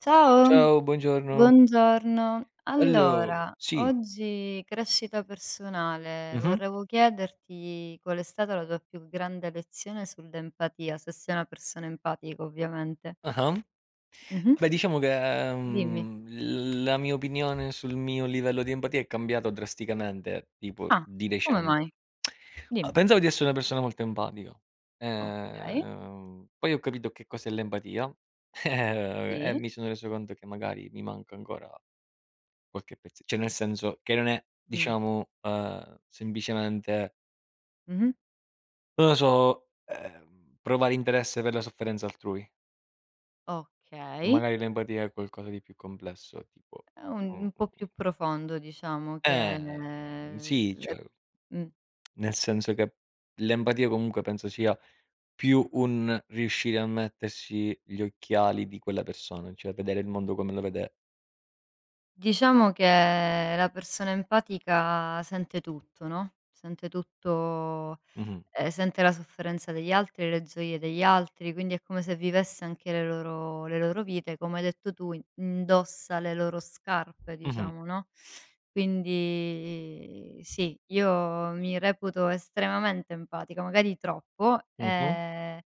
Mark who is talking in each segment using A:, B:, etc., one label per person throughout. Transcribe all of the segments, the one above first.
A: Ciao,
B: Ciao, buongiorno.
A: buongiorno.
B: Allo
A: Allora,
B: Sì.
A: oggi crescita personale.
B: Mh-mh.
A: Volevo chiederti qual è stata la tua più grande lezione sull'empatia, se sei una persona empatica ovviamente.
B: Ah-ah.
A: Mh-mh.
B: Beh, diciamo che,
A: Dimmi.
B: la mia opinione sul mio livello di empatia è cambiato drasticamente, tipo
A: Ah,
B: di
A: come
B: recente.
A: mai?
B: Ma
A: Dimmi.
B: pensavo di essere una persona molto empatica,
A: Okay,
B: poi ho capito che cos'è l'empatia e
A: sì,
B: mi sono reso conto che magari mi manca ancora qualche pezze, cioè nel senso che non è,
A: dimmi.
B: diciamo, semplicemente
A: Mh-mh.
B: non lo so, provare interesse per la sofferenza altrui.
A: Okay,
B: Magari l'empatia è qualcosa di più complesso, tipo
A: è un
B: mhmm,
A: un po' più profondo diciamo che
B: eh, sì, cioè,
A: le mh.
B: nel senso che l'empatia comunque penso sia più un riuscire a mettersi gli occhiali di quella persona, cioè vedere il mondo come lo vede.
A: Diciamo che la persona empatica sente tutto, no, sente tutto,
B: Mh-mh,
A: sente la sofferenza degli altri, le gioie degli altri, quindi è come se vivesse anche le loro vite, come hai detto tu, indossa le loro scarpe
B: mh-mh,
A: diciamo, no, quindi sì, io mi reputo estremamente empatica, magari troppo.
B: mh-mh,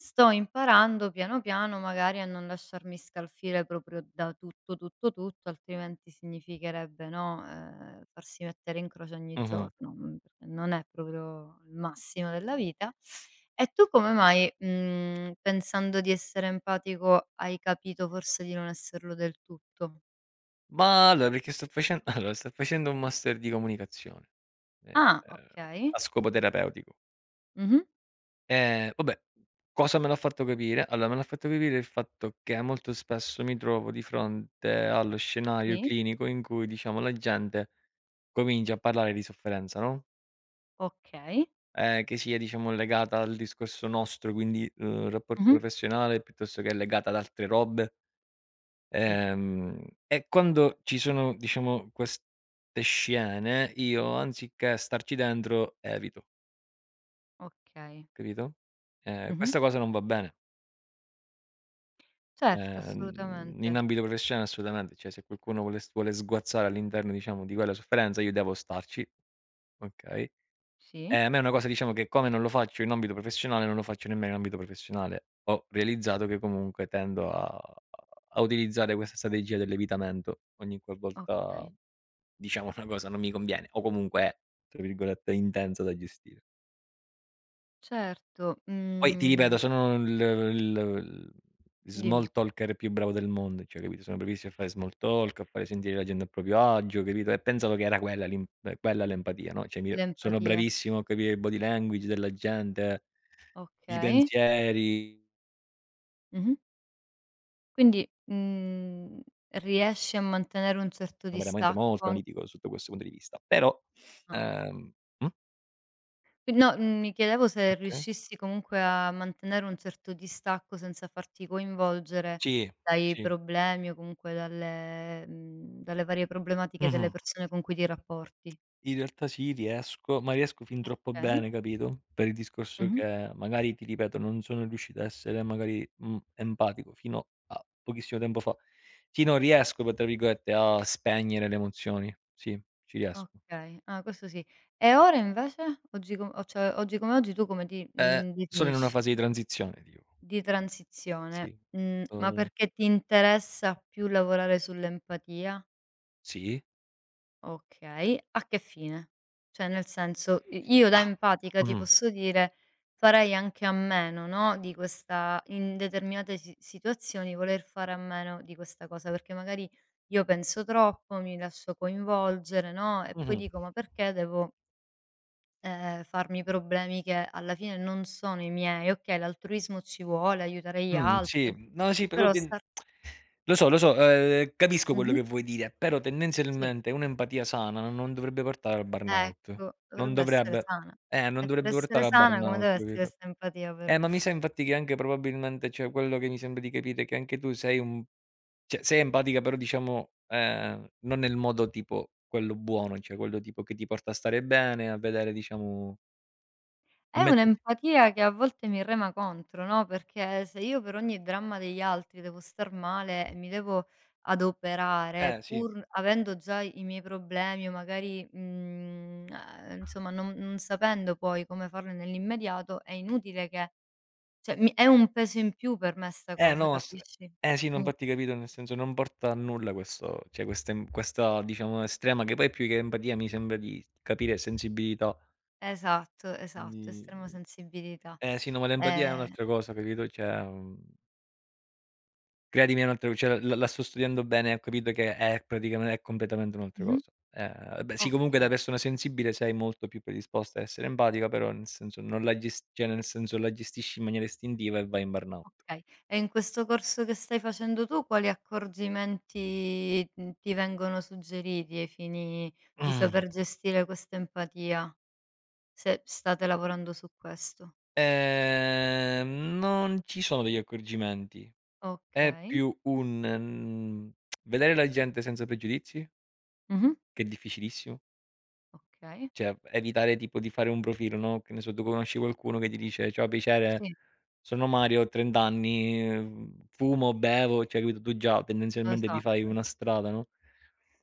A: Sto imparando piano piano magari a non lasciarmi scalfire proprio da tutto, tutto, tutto, altrimenti significherebbe, no, farsi mettere in croce ogni
B: mh-mh.
A: giorno, perché non è proprio il massimo della vita. E tu come mai, pensando di essere empatico, hai capito forse di non esserlo del tutto?
B: Ma allora perché sto facen Allora, sto facendo un master di comunicazione, ehm,
A: Ah, okay.
B: a scopo terapeutico.
A: Mh-mh.
B: Vabbè, cosa me l'ha fatto capire? Allora, me l'ha fatto capire il fatto che molto spesso mi trovo di fronte allo scenario
A: Sì,
B: clinico in cui, diciamo, la gente comincia a parlare di sofferenza, no,
A: okay.
B: che sia, diciamo, legata al discorso nostro, quindi, rapporto
A: Mh-mh.
B: professionale, piuttosto che legata ad altre robe.
A: Sì,
B: E quando ci sono, diciamo, queste scene, io anziché starci dentro evito,
A: okay.
B: capito?
A: Mh-mh.
B: Questa cosa non va bene.
A: Certo,
B: In
A: assolutamente.
B: ambito professionale assolutamente, cioè se qualcuno vuole sguazzare all'interno diciamo di quella sofferenza io devo starci, okay, e
A: Sì,
B: a me è una cosa diciamo che, come non lo faccio in ambito professionale, non lo faccio nemmeno in ambito professionale. Ho realizzato che comunque tendo a utilizzare questa strategia dell'evitamento ogni qualvolta
A: okay.
B: diciamo una cosa non mi conviene o comunque è, tra virgolette, intensa da gestire.
A: Certo,
B: Poi ti ripeto, sono il small
A: dimmi.
B: talker più bravo del mondo, cioè capito, sono bravissimo a fare small talk, a fare sentire la gente a proprio agio, capito, e pensavo che era quella l'empatia, no, cioè mi sono
A: L'empatia,
B: bravissimo a capire il body language della gente, i
A: okay.
B: pensieri,
A: Mh-mh. Quindi, riesci a mantenere un certo
B: sono veramente
A: distacco
B: molto
A: an
B: analitico sotto questo punto di vista. Però,
A: ah.
B: ehm mh?
A: Qui no, mi chiedevo se
B: Okay.
A: riuscissi comunque a mantenere un certo distacco senza farti coinvolgere
B: Sì,
A: dai
B: sì.
A: problemi o comunque dalle varie problematiche
B: Mh-mh.
A: delle persone con cui ti rapporti.
B: In realtà sì, riesco, ma riesco fin troppo
A: Okay.
B: bene, capito, per il discorso
A: Mh-mh.
B: che magari, ti ripeto, non sono riuscito a essere magari, empatico fino a pochissimo tempo fa. Sì, no, riesco per tra virgolette a "spegnere" le emozioni. Sì, ci riesco.
A: Okay, ah, questo sì. E ora invece? Oggi come oggi tu come ti,
B: Ehm, Sono in una
A: definisci?
B: fase di transizione, ti dico.
A: Di transizione,
B: Sì.
A: ma
B: Uhm,
A: perché ti interessa più lavorare sull'empatia?
B: sì.
A: Okay, a che fine? Cioè nel senso, i io da
B: Ah.
A: empatica ti
B: Mh-mh.
A: posso dire, farei anche a meno, no, di questa in determinate situazioni voler fare a meno di questa cosa, perché magari io penso troppo, mi lascio coinvolgere, no, e poi
B: Mh-mh.
A: dico: "Ma perché devo" farmi problemi che alla fine non sono i miei. Okay, l'altruismo ci vuole, aiutare gli altri,
B: Sì. No, sì, però
A: però
B: ten
A: star
B: lo so, capisco quello
A: mh-mh,
B: che vuoi dire, però
A: sì,
B: tendenzialmente un'empatia sana non dovrebbe portare al burnout.
A: ecco,
B: Non
A: dovrebbe essere
B: dovrebbe
A: sana.
B: eh, non
A: E per
B: dovrebbe portare
A: essere
B: al
A: sana come
B: burnout,
A: deve essere
B: capito?
A: 'sta empatia però?
B: Ma mi sa infatti che anche probabilmente, cioè, quello che mi sembra di capire è che anche tu sei un, cioè, sei empatica però diciamo, non nel modo tipo quello buono, cioè quello tipo che ti porta a stare bene, a vedere diciamo, a
A: È
B: metterti,
A: un'empatia che a volte mi rema contro, no, perché se io per ogni dramma degli altri devo star male e mi devo adoperare,
B: sì.
A: pur avendo già i miei problemi o magari, insomma non sapendo poi come farlo nell'immediato, è inutile che cioè mi è un peso in più per me sta
B: Eh
A: cosa,
B: no, s
A: capisci?
B: eh sì, no
A: Mh,
B: infatti capito, nel senso non porta a nulla questo, cioè questa questa diciamo estrema, che poi più che empatia mi sembra di capire sensibilità.
A: esatto, esatto, estrema
B: Quindi
A: sensibilità.
B: eh sì, no, ma l'empatia è
A: Ehm
B: un'altra cosa, capito, cioè, credimi è un'altra, cioè la la sto studiando bene e ho capito che è praticamen è completamente un'altra
A: mh-mh,
B: cosa. Beh sì, comunque da
A: okay.
B: persona sensibile sei molto più predisposta a essere empatica, però nel senso non la ges cioè nel senso la gestisci in maniera istintiva e vai in burnout.
A: Okay. E in questo corso che stai facendo tu quali accorgimenti, ti vengono suggeriti ai fini di
B: Mm.
A: saper gestire questa empatia? Se state lavorando su questo.
B: Non ci sono degli accorgimenti. È
A: Okay.
B: più un, vedere la gente senza pregiudizi,
A: Mh-mh.
B: che è difficilissimo,
A: Okay.
B: cioè evitare tipo di fare un profilo, no, che ne so, tu conosci qualcuno che ti dice: "Ciao piacere,
A: Sì,
B: sono Mario, ho 30 anni, fumo, bevo", cioè capito, tu già tendenzialmente ti fai
A: esatto.
B: una strada, no.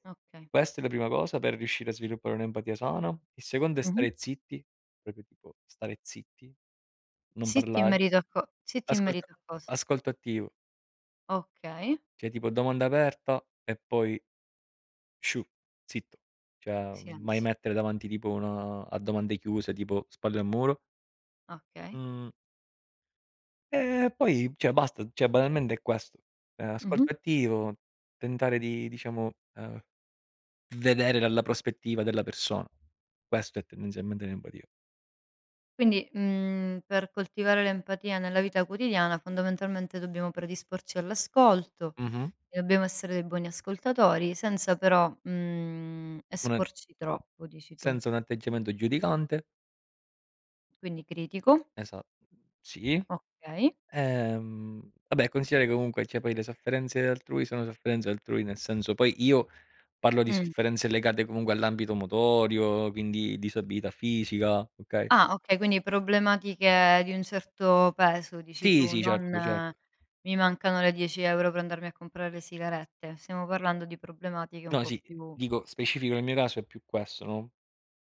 A: Okay.
B: Questa è la prima cosa per riuscire a sviluppare un'empatia sana. Il secondo è
A: Mh-mh.
B: stare zitti, proprio tipo stare zitti, non
A: Zitti in
B: parlare.
A: merito a co zitti in
B: Ascolta
A: merito a cosa?
B: ascolto attivo.
A: Okay.
B: Cioè tipo domanda aperta e poi sciù, zitto.
A: Si
B: Cioè mai
A: silenzio.
B: mettere davanti tipo una a domande chiuse, tipo spalle al muro.
A: Okay.
B: Mh. E poi cioè basta, cioè banalmente è questo.
A: Mh-mh.
B: Ascolto attivo, tentare di diciamo, vedere dalla prospettiva della persona. Questo è tendenzialmente l'empatia.
A: Quindi, per coltivare l'empatia nella vita quotidiana fondamentalmente dobbiamo predisporci all'ascolto.
B: Mh-mh.
A: E dobbiamo essere dei buoni ascoltatori senza però,
B: Una
A: esporci troppo, dici tu.
B: senza un atteggiamento giudicante.
A: Quindi critico,
B: Esa sì.
A: okay.
B: Ehm, vabbè considera che comunque, cioè poi le sofferenze altrui sono sofferenze altrui, nel senso poi io parlo di
A: Mh.
B: sofferenze legate comunque all'ambito motorio, quindi disabilità fisica, okay?
A: Ah, okay, quindi problematiche di un certo peso, dici
B: Sì,
A: tu,
B: sì,
A: non
B: certo, certo.
A: mi mancano le 10 € per andarmi a comprare le sigarette. Stiamo parlando di problematiche un
B: No,
A: po'
B: sì,
A: più
B: dico specifico nel mio caso è più questo, no,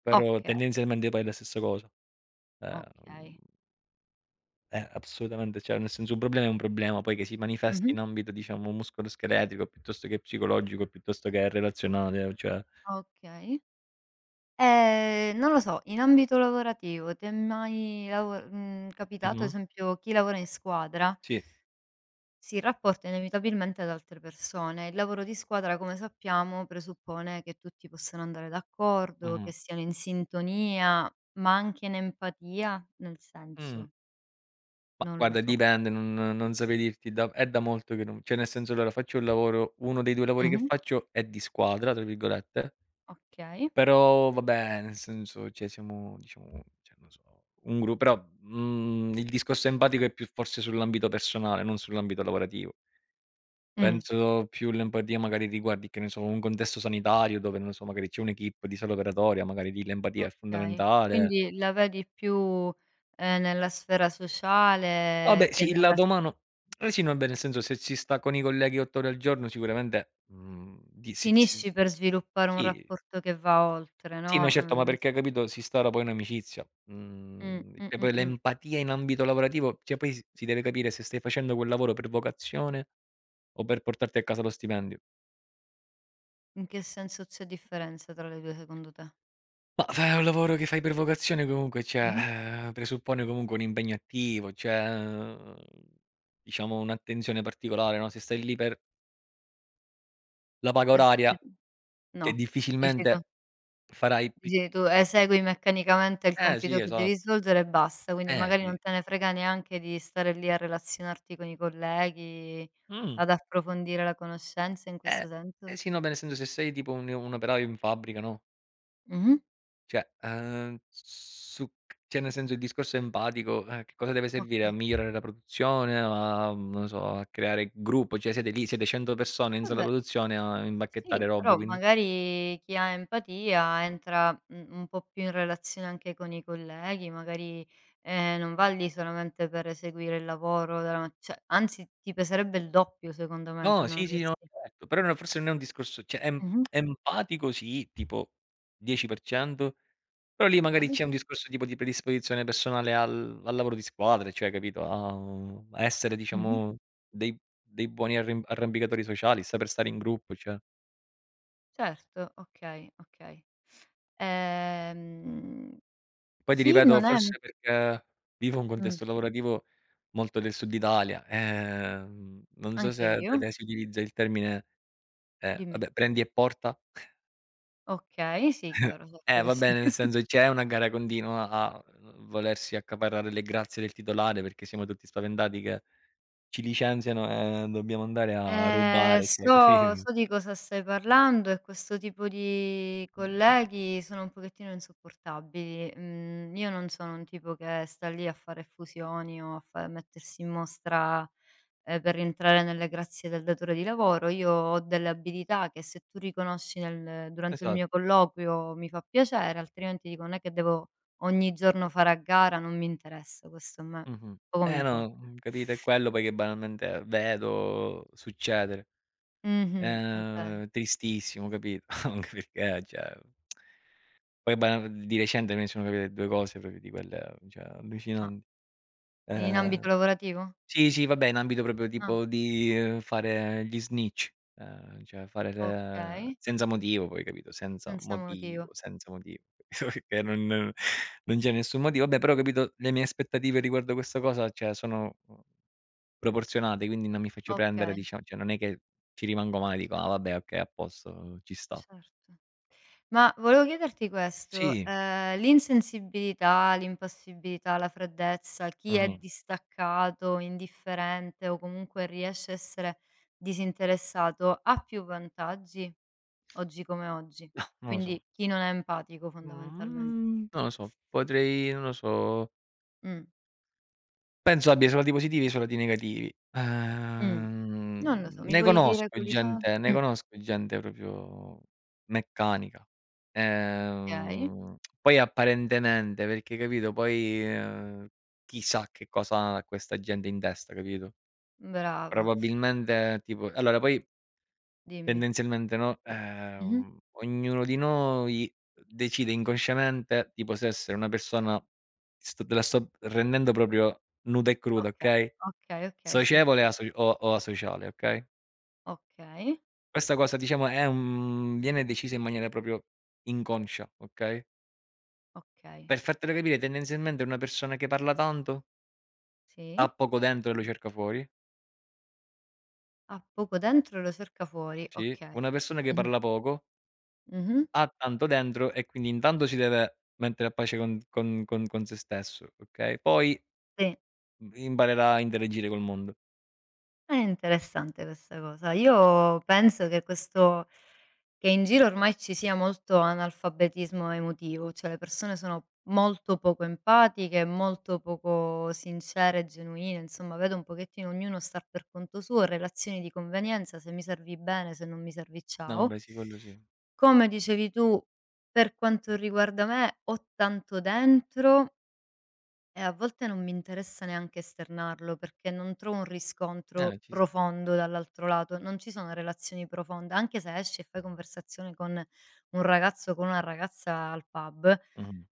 B: però
A: okay,
B: tendenzialmente poi è la stessa cosa. Ehm,
A: okay.
B: assolutamente, cioè nel senso un problema è un problema, poi che si manifesti
A: Mh-mh.
B: in ambito diciamo muscoloscheletrico, piuttosto che psicologico, piuttosto che relazionale, cioè
A: Okay. Non lo so, in ambito lavorativo ti è mai capitato, ad
B: mh-mh,
A: esempio, chi lavora in squadra?
B: sì,
A: Si rapporta inevitabilmente ad altre persone. Il lavoro di squadra, come sappiamo, presuppone che tutti possano andare d'accordo,
B: mh-mh,
A: che siano in sintonia, ma anche in empatia, nel
B: mh.
A: senso,
B: Ma
A: non lo
B: guarda
A: so.
B: dipende, non saprei dirti, da è da molto che non, cioè nel senso allora faccio un lavoro, uno dei 2 lavori che
A: Mh-mh.
B: faccio è "di squadra" tra virgolette,
A: Okay.
B: però vabbè nel senso, cioè siamo diciamo, cioè non so, un gru però, il discorso empatico è più forse sull'ambito personale, non sull'ambito lavorativo.
A: Mh.
B: Penso più l'empatia magari riguardi, che ne so, un contesto sanitario dove, non lo so, magari c'è un'equipe di solo operatoria, magari lì l'empatia è
A: Okay.
B: fondamentale.
A: Quindi la vedi più, nella sfera sociale
B: Vabbè
A: che
B: sì, il
A: nella
B: lato
A: s
B: umano eh sì, no, beh, nel senso se si sta con i colleghi 8 ore al giorno sicuramente, di
A: finisci per sviluppare un
B: sì,
A: rapporto che va oltre,
B: sì,
A: no,
B: no certo, ma
A: il
B: perché capito, si instaura poi un'amicizia. Mhmm, e poi
A: mh.
B: l'empatia in ambito lavorativo, cioè poi si deve capire se stai facendo quel lavoro per vocazione o per portarti a casa lo stipendio.
A: In che senso c'è differenza tra le 2 secondo te?
B: Ma fai un lavoro che fai per vocazione comunque, cioè,
A: Mh-mh.
B: presuppone comunque un impegno attivo, cioè, diciamo un'attenzione particolare, no, se stai lì per la paga oraria,
A: Queste
B: che
A: No, dici tu
B: difficilmente Farai pi
A: dici tu esegui meccanicamente il
B: eh sì,
A: compito che
B: esatto.
A: devi svolgere e basta, quindi
B: Eh
A: magari
B: sì.
A: non te ne frega neanche di stare lì a relazionarti con i colleghi,
B: Mh.
A: ad approfondire la conoscenza in
B: Eh,
A: questo senso?
B: eh sì, no, beh, nel senso se sei tipo un operaio in fabbrica, no,
A: Mh-mh.
B: cioè, su c cioè nel senso il discorso empatico, che cosa deve servire? A
A: Okay.
B: migliorare la produzione, a non so, a creare gruppo, cioè siete lì, siete 100 persone in sala
A: Vabbè,
B: produzione a impacchettare
A: sì,
B: robe,
A: però
B: quindi
A: magari chi ha empatia entra, un po' più in relazione anche con i colleghi, magari, non va lì solamente per eseguire il lavoro della ma cioè anzi ti peserebbe il doppio secondo me se
B: no,
A: non
B: sì, sì,
A: avessi
B: no, certo, però no forse non è un discorso cioè
A: mh-mh.
B: empatico sì, tipo 10%. Però lì magari
A: Okay.
B: c'è un discorso tipo di predisposizione personale al lavoro di squadra, cioè capito, a a essere
A: Mh-mh.
B: diciamo dei buoni arrim arrampicatori sociali, saper stare in gruppo, cioè.
A: Certo, okay, okay. Ehm,
B: Poi ti
A: chi
B: ripeto,
A: non è
B: forse perché vivo un
A: mh,
B: contesto lavorativo molto del Sud Italia, non so se
A: anche
B: da
A: io,
B: te si utilizza il termine,
A: dimmi.
B: vabbè "prendi e porta".
A: Okay, sì, chiaro, certo
B: Eh
A: che sì.
B: vabbè, nel senso c'è una gara continua a volersi accaparrare le grazie del titolare, perché siamo tutti spaventati che ci licenziano e dobbiamo andare a mh rubare, cioè
A: So
B: così
A: so di cosa stai parlando e questo tipo di
B: mhmm,
A: colleghi sono un pochettino insopportabili. Mhmm, io non sono un tipo che sta lì a fare fusioni o a fa mettersi in mostra, per rientrare nelle grazie del datore di lavoro. Io ho delle abilità che se tu riconosci nel durante il
B: esat
A: mio colloquio mi fa piacere, altrimenti dico: "Non è che devo ogni giorno fare a gara, non mi interessa." Questo a me
B: mh-mh.
A: poco mi
B: Eh no,
A: importa.
B: capito? È quello poi che banalmente vedo succedere.
A: Mh-mh, è vero.
B: Tristissimo, capito? Anche perché cioè poi banal di recente me ne sono capite 2 cose proprio di quelle, cioè
A: Ah,
B: allucinanti.
A: in
B: Ehm
A: ambito lavorativo?
B: Sì, sì, vabbè, in ambito proprio
A: Ah,
B: tipo di, fare gli snitch, cioè fare le
A: okay,
B: senza motivo poi, capito, senza
A: senza
B: motivo,
A: motivo.
B: senza motivo, capito, perché non c'è nessun motivo. Vabbè, però capito, le mie aspettative riguardo questa cosa, cioè sono, proporzionate, quindi non mi faccio prendere,
A: Okay,
B: diciamo cioè non è che ci rimango male, dico: "Ah vabbè, okay, a posto, ci sta".
A: certo. Ma volevo chiederti questo,
B: Sì,
A: l'insensibilità, l'impassibilità, la freddezza, chi è
B: mh-mh.
A: distaccato, indifferente o comunque riesce a essere disinteressato, ha più vantaggi oggi come oggi?
B: No, non lo so.
A: Quindi chi non è empatico fondamentalmen
B: Mhmm, non lo so, potrei non lo so.
A: Mh,
B: Penso abbia soldi positivi e soldi negativi.
A: mh. Non lo so, mi puoi dire quali sono?
B: Ne conosco gente proprio meccanica.
A: Okay,
B: Poi apparentemente, perché capito, poi, chissà che cosa ha questa gente in testa, capito.
A: bravo,
B: Probabilmente tipo allora poi
A: dimmi.
B: tendenzialmente, no,
A: Mh-mh.
B: ognuno di noi decide inconsciamente tipo se essere una persona, sto te la sto rendendo proprio nuda e cruda,
A: Oka
B: okay?
A: okay, okay, sì,
B: Socievole e aso o asociale, okay.
A: okay,
B: Questa cosa diciamo è un viene decisa in maniera proprio inconscia, okay.
A: okay,
B: Per fartelo capire tendenzialmente una persona che parla tanto ha
A: sì.
B: poco dentro e lo cerca fuori,
A: Ha poco dentro e lo cerca fuori,
B: sì,
A: okay.
B: una persona che
A: Mh-mh.
B: parla poco
A: Mh-mh.
B: ha tanto dentro e quindi intanto si deve mettere a pace con se stesso, okay, poi
A: Sì,
B: im imparerà a interagire col mondo.
A: è interessante questa cosa. Io penso che in giro ormai ci sia molto analfabetismo emotivo, cioè le persone sono molto poco empatiche, molto poco sincere e genuine, insomma vedo un pochettino ognuno star per conto suo, relazioni di convenienza, se mi servi bene, se non mi servi
B: No
A: ciao.
B: vabbè sì, quello sì.
A: Come dicevi tu, per quanto riguarda me, ho tanto dentro. E a volte non mi interessa neanche esternarlo perché non trovo un riscontro
B: Ci sta.
A: profondo dall'altro lato, non ci sono relazioni profonde, anche se esci e fai conversazione con un ragazzo o con una ragazza al pub,
B: Mh-mh,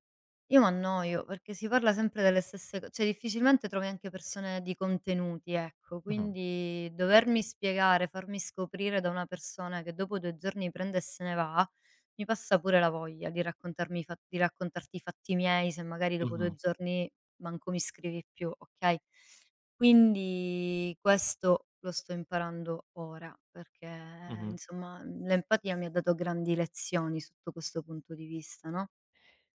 A: io m'annoio, perché si parla sempre delle stesse co cioè difficilmente trovi anche persone di contenuti, ecco.
B: mh-mh,
A: Quindi dovermi spiegare, farmi scoprire da una persona che dopo 2 giorni prende e se ne va, mi passa pure la voglia di raccontarmi i fa di raccontarti i fatti miei, se magari dopo
B: mh-mh,
A: 2 giorni manco mi scrivi più, okay? Quindi questo lo sto imparando ora, perché
B: mh-mh.
A: insomma, l'empatia mi ha dato grandi lezioni sotto questo punto di vista, no?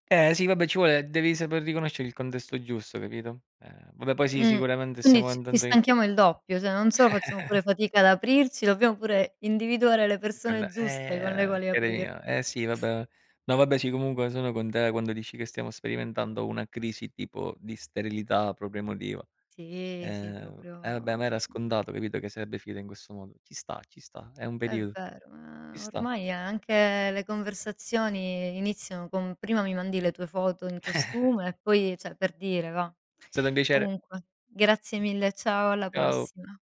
B: Eh sì, vabbè ci vuole devi saper riconoscere il contesto giusto, capito? Vabbè poi sì,
A: Mh.
B: sicuramente
A: Quindi
B: stiamo
A: ci ci
B: andando in
A: stanchiamo il doppio, cioè non solo facciamo pure fatica ad aprirci, dobbiamo pure individuare le persone
B: cond
A: giuste con le quali
B: cari
A: aprirci.
B: mio, eh sì vabbè. No vabbè sì, comunque sono con te quando dici che stiamo sperimentando una crisi tipo di sterilità proprio emotiva.
A: Sì, sì,
B: Eh vabbè
A: proprio
B: ma era scontato, capito, che sarebbe finita in questo modo. Ci sta, è un
A: è
B: periodo,
A: vero,
B: ci
A: ma
B: sta.
A: ormai anche le conversazioni iniziano con: "Prima mi mandi le tue foto in costume e poi" cioè per dire va.
B: È stato un piacere.
A: Comunque, grazie mille, ciao, alla
B: Ciao.
A: prossima.